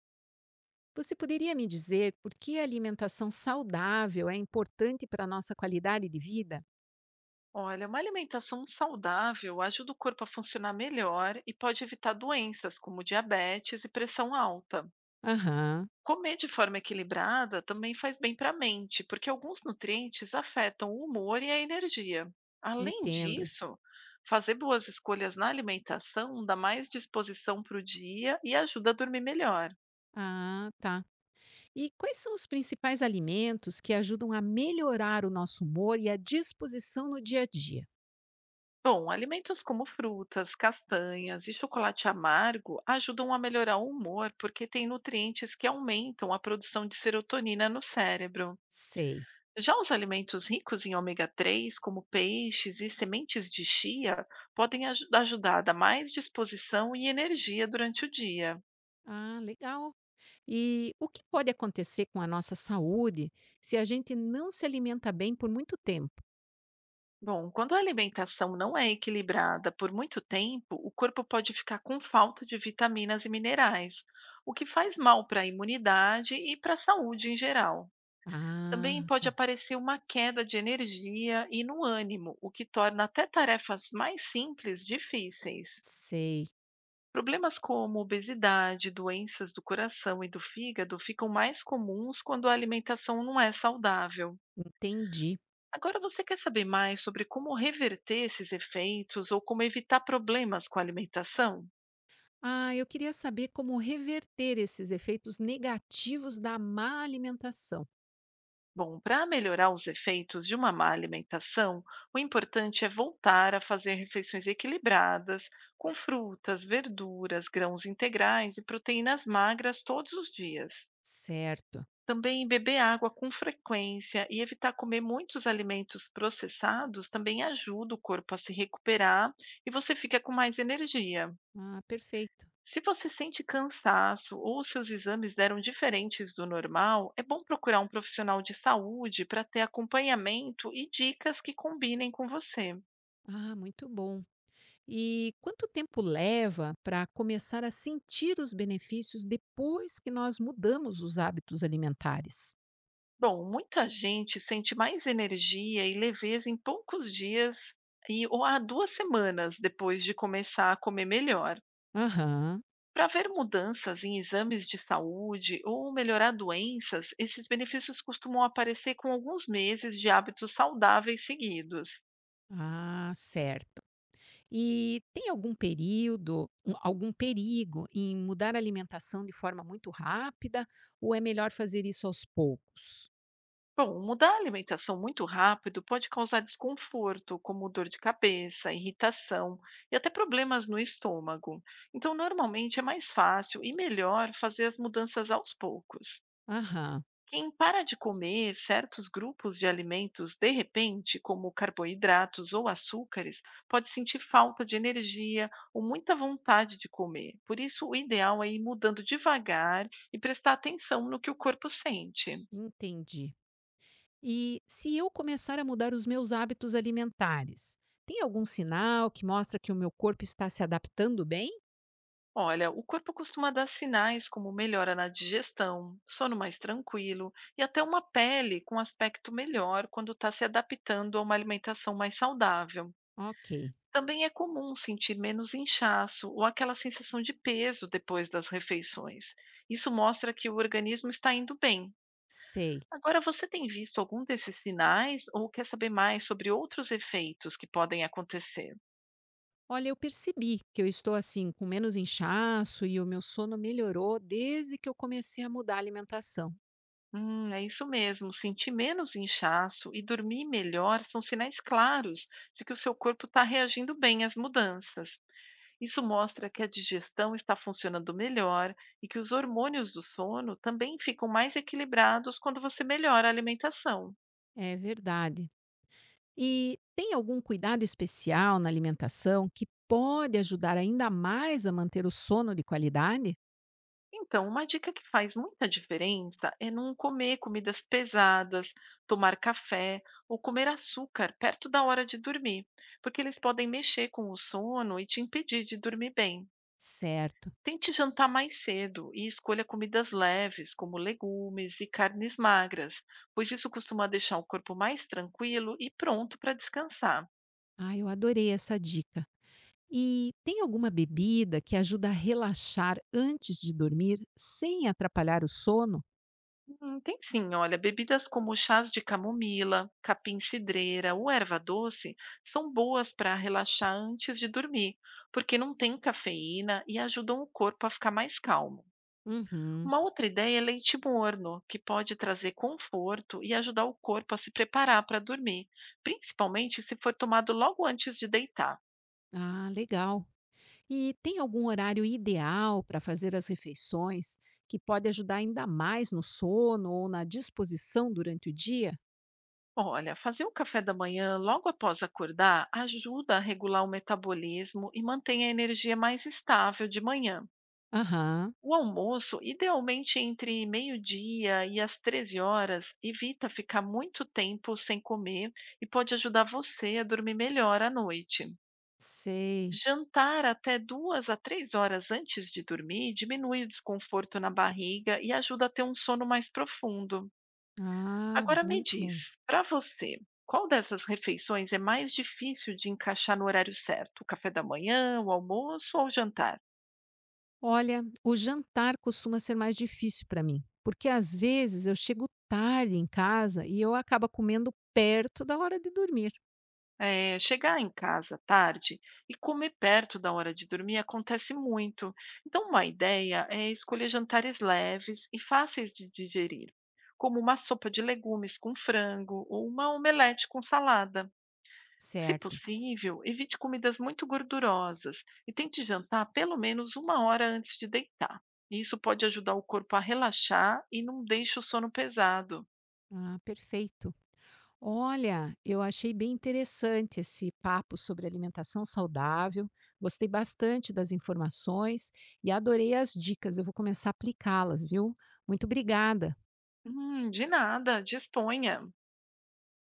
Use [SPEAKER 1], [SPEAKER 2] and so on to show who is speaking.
[SPEAKER 1] Você poderia me dizer por que a alimentação saudável é importante para a nossa qualidade de vida?
[SPEAKER 2] Olha, uma alimentação saudável ajuda o corpo a funcionar melhor e pode evitar doenças como diabetes e pressão alta.
[SPEAKER 1] Aham,
[SPEAKER 2] Comer de forma equilibrada também faz bem para a mente, porque alguns nutrientes afetam o humor e a energia. Além
[SPEAKER 1] entendo.
[SPEAKER 2] disso, fazer boas escolhas na alimentação dá mais disposição para o dia e ajuda a dormir melhor.
[SPEAKER 1] Ah, tá. E quais são os principais alimentos que ajudam a melhorar o nosso humor e a disposição no dia a dia?
[SPEAKER 2] Bom, alimentos como frutas, castanhas e chocolate amargo ajudam a melhorar o humor porque têm nutrientes que aumentam a produção de serotonina no cérebro.
[SPEAKER 1] Sei.
[SPEAKER 2] Já os alimentos ricos em ômega 3, como peixes e sementes de chia, podem ajudar a dar mais disposição e energia durante o dia.
[SPEAKER 1] Ah, legal. E o que pode acontecer com a nossa saúde se a gente não se alimenta bem por muito tempo?
[SPEAKER 2] Bom, quando a alimentação não é equilibrada por muito tempo, o corpo pode ficar com falta de vitaminas e minerais o que faz mal para a imunidade e para a saúde em geral. Também
[SPEAKER 1] Ah,
[SPEAKER 2] pode
[SPEAKER 1] tá.
[SPEAKER 2] aparecer uma queda de energia e no ânimo, o que torna até tarefas mais simples difíceis.
[SPEAKER 1] Sei.
[SPEAKER 2] Problemas como obesidade, doenças do coração e do fígado ficam mais comuns quando a alimentação não é saudável.
[SPEAKER 1] Entendi.
[SPEAKER 2] Agora, você quer saber mais sobre como reverter esses efeitos ou como evitar problemas com a alimentação?
[SPEAKER 1] Ah, eu queria saber como reverter esses efeitos negativos da má alimentação.
[SPEAKER 2] Bom, para melhorar os efeitos de uma má alimentação, o importante é voltar a fazer refeições equilibradas, com frutas, verduras, grãos integrais e proteínas magras todos os dias.
[SPEAKER 1] Certo.
[SPEAKER 2] Também beber água com frequência e evitar comer muitos alimentos processados também ajuda o corpo a se recuperar e você fica com mais energia.
[SPEAKER 1] Ah, perfeito.
[SPEAKER 2] Se você sente cansaço ou seus exames deram diferentes do normal, é bom procurar um profissional de saúde para ter acompanhamento e dicas que combinem com você.
[SPEAKER 1] Ah, muito bom. E quanto tempo leva para começar a sentir os benefícios depois que nós mudamos os hábitos alimentares?
[SPEAKER 2] Bom, muita gente sente mais energia e leveza em poucos dias e ou há 2 semanas depois de começar a comer melhor.
[SPEAKER 1] Aham.
[SPEAKER 2] Para ver mudanças em exames de saúde ou melhorar doenças, esses benefícios costumam aparecer com alguns meses de hábitos saudáveis seguidos.
[SPEAKER 1] Ah, certo. E tem algum perigo em mudar a alimentação de forma muito rápida ou é melhor fazer isso aos poucos?
[SPEAKER 2] Bom, mudar a alimentação muito rápido pode causar desconforto, como dor de cabeça, irritação e até problemas no estômago. Então, normalmente é mais fácil e melhor fazer as mudanças aos poucos.
[SPEAKER 1] Aham.
[SPEAKER 2] Quem para de comer certos grupos de alimentos de repente, como carboidratos ou açúcares, pode sentir falta de energia ou muita vontade de comer. Por isso, o ideal é ir mudando devagar e prestar atenção no que o corpo sente.
[SPEAKER 1] Entendi. E se eu começar a mudar os meus hábitos alimentares, tem algum sinal que mostra que o meu corpo está se adaptando bem?
[SPEAKER 2] Olha, o corpo costuma dar sinais como melhora na digestão, sono mais tranquilo e até uma pele com aspecto melhor quando está se adaptando a uma alimentação mais saudável.
[SPEAKER 1] Ok,
[SPEAKER 2] Também é comum sentir menos inchaço ou aquela sensação de peso depois das refeições. Isso mostra que o organismo está indo bem.
[SPEAKER 1] sei.
[SPEAKER 2] Agora, você tem visto algum desses sinais ou quer saber mais sobre outros efeitos que podem acontecer?
[SPEAKER 1] Olha, eu percebi que eu estou assim com menos inchaço e o meu sono melhorou desde que eu comecei a mudar a alimentação.
[SPEAKER 2] É isso mesmo. Sentir menos inchaço e dormir melhor são sinais claros de que o seu corpo está reagindo bem às mudanças. Isso mostra que a digestão está funcionando melhor e que os hormônios do sono também ficam mais equilibrados quando você melhora a alimentação.
[SPEAKER 1] É verdade. E tem algum cuidado especial na alimentação que pode ajudar ainda mais a manter o sono de qualidade?
[SPEAKER 2] Então, uma dica que faz muita diferença é não comer comidas pesadas, tomar café ou comer açúcar perto da hora de dormir, porque eles podem mexer com o sono e te impedir de dormir bem.
[SPEAKER 1] Certo.
[SPEAKER 2] Tente jantar mais cedo e escolha comidas leves, como legumes e carnes magras, pois isso costuma deixar o corpo mais tranquilo e pronto para descansar.
[SPEAKER 1] Ah, eu adorei essa dica. E tem alguma bebida que ajuda a relaxar antes de dormir sem atrapalhar o sono?
[SPEAKER 2] Tem sim, olha, bebidas como chás de camomila, capim-cidreira ou erva doce são boas para relaxar antes de dormir, porque não tem cafeína e ajudam o corpo a ficar mais calmo.
[SPEAKER 1] Uhum.
[SPEAKER 2] Uma outra ideia é leite morno, que pode trazer conforto e ajudar o corpo a se preparar para dormir, principalmente se for tomado logo antes de deitar.
[SPEAKER 1] Ah, legal. E tem algum horário ideal para fazer as refeições que pode ajudar ainda mais no sono ou na disposição durante o dia?
[SPEAKER 2] Olha, fazer o café da manhã logo após acordar ajuda a regular o metabolismo e mantém a energia mais estável de manhã.
[SPEAKER 1] Aham,
[SPEAKER 2] O almoço, idealmente entre meio-dia e as 13 horas, evita ficar muito tempo sem comer e pode ajudar você a dormir melhor à noite.
[SPEAKER 1] sei.
[SPEAKER 2] Jantar até 2 a 3 horas antes de dormir diminui o desconforto na barriga e ajuda a ter um sono mais profundo.
[SPEAKER 1] Ah,
[SPEAKER 2] Agora me
[SPEAKER 1] muito bom.
[SPEAKER 2] diz, para você, qual dessas refeições é mais difícil de encaixar no horário certo? O café da manhã, o almoço ou o jantar?
[SPEAKER 1] Olha, o jantar costuma ser mais difícil para mim, porque às vezes eu chego tarde em casa e eu acabo comendo perto da hora de dormir.
[SPEAKER 2] É, chegar em casa tarde e comer perto da hora de dormir acontece muito. Então, uma ideia é escolher jantares leves e fáceis de digerir, como uma sopa de legumes com frango ou uma omelete com salada. Se
[SPEAKER 1] Certo.
[SPEAKER 2] possível, evite comidas muito gordurosas e tente jantar pelo menos uma hora antes de deitar. Isso pode ajudar o corpo a relaxar e não deixa o sono pesado.
[SPEAKER 1] Ah, perfeito. Olha, eu achei bem interessante esse papo sobre alimentação saudável. Gostei bastante das informações e adorei as dicas. Eu vou começar a aplicá-las, viu? Muito obrigada.
[SPEAKER 2] De nada, disponha.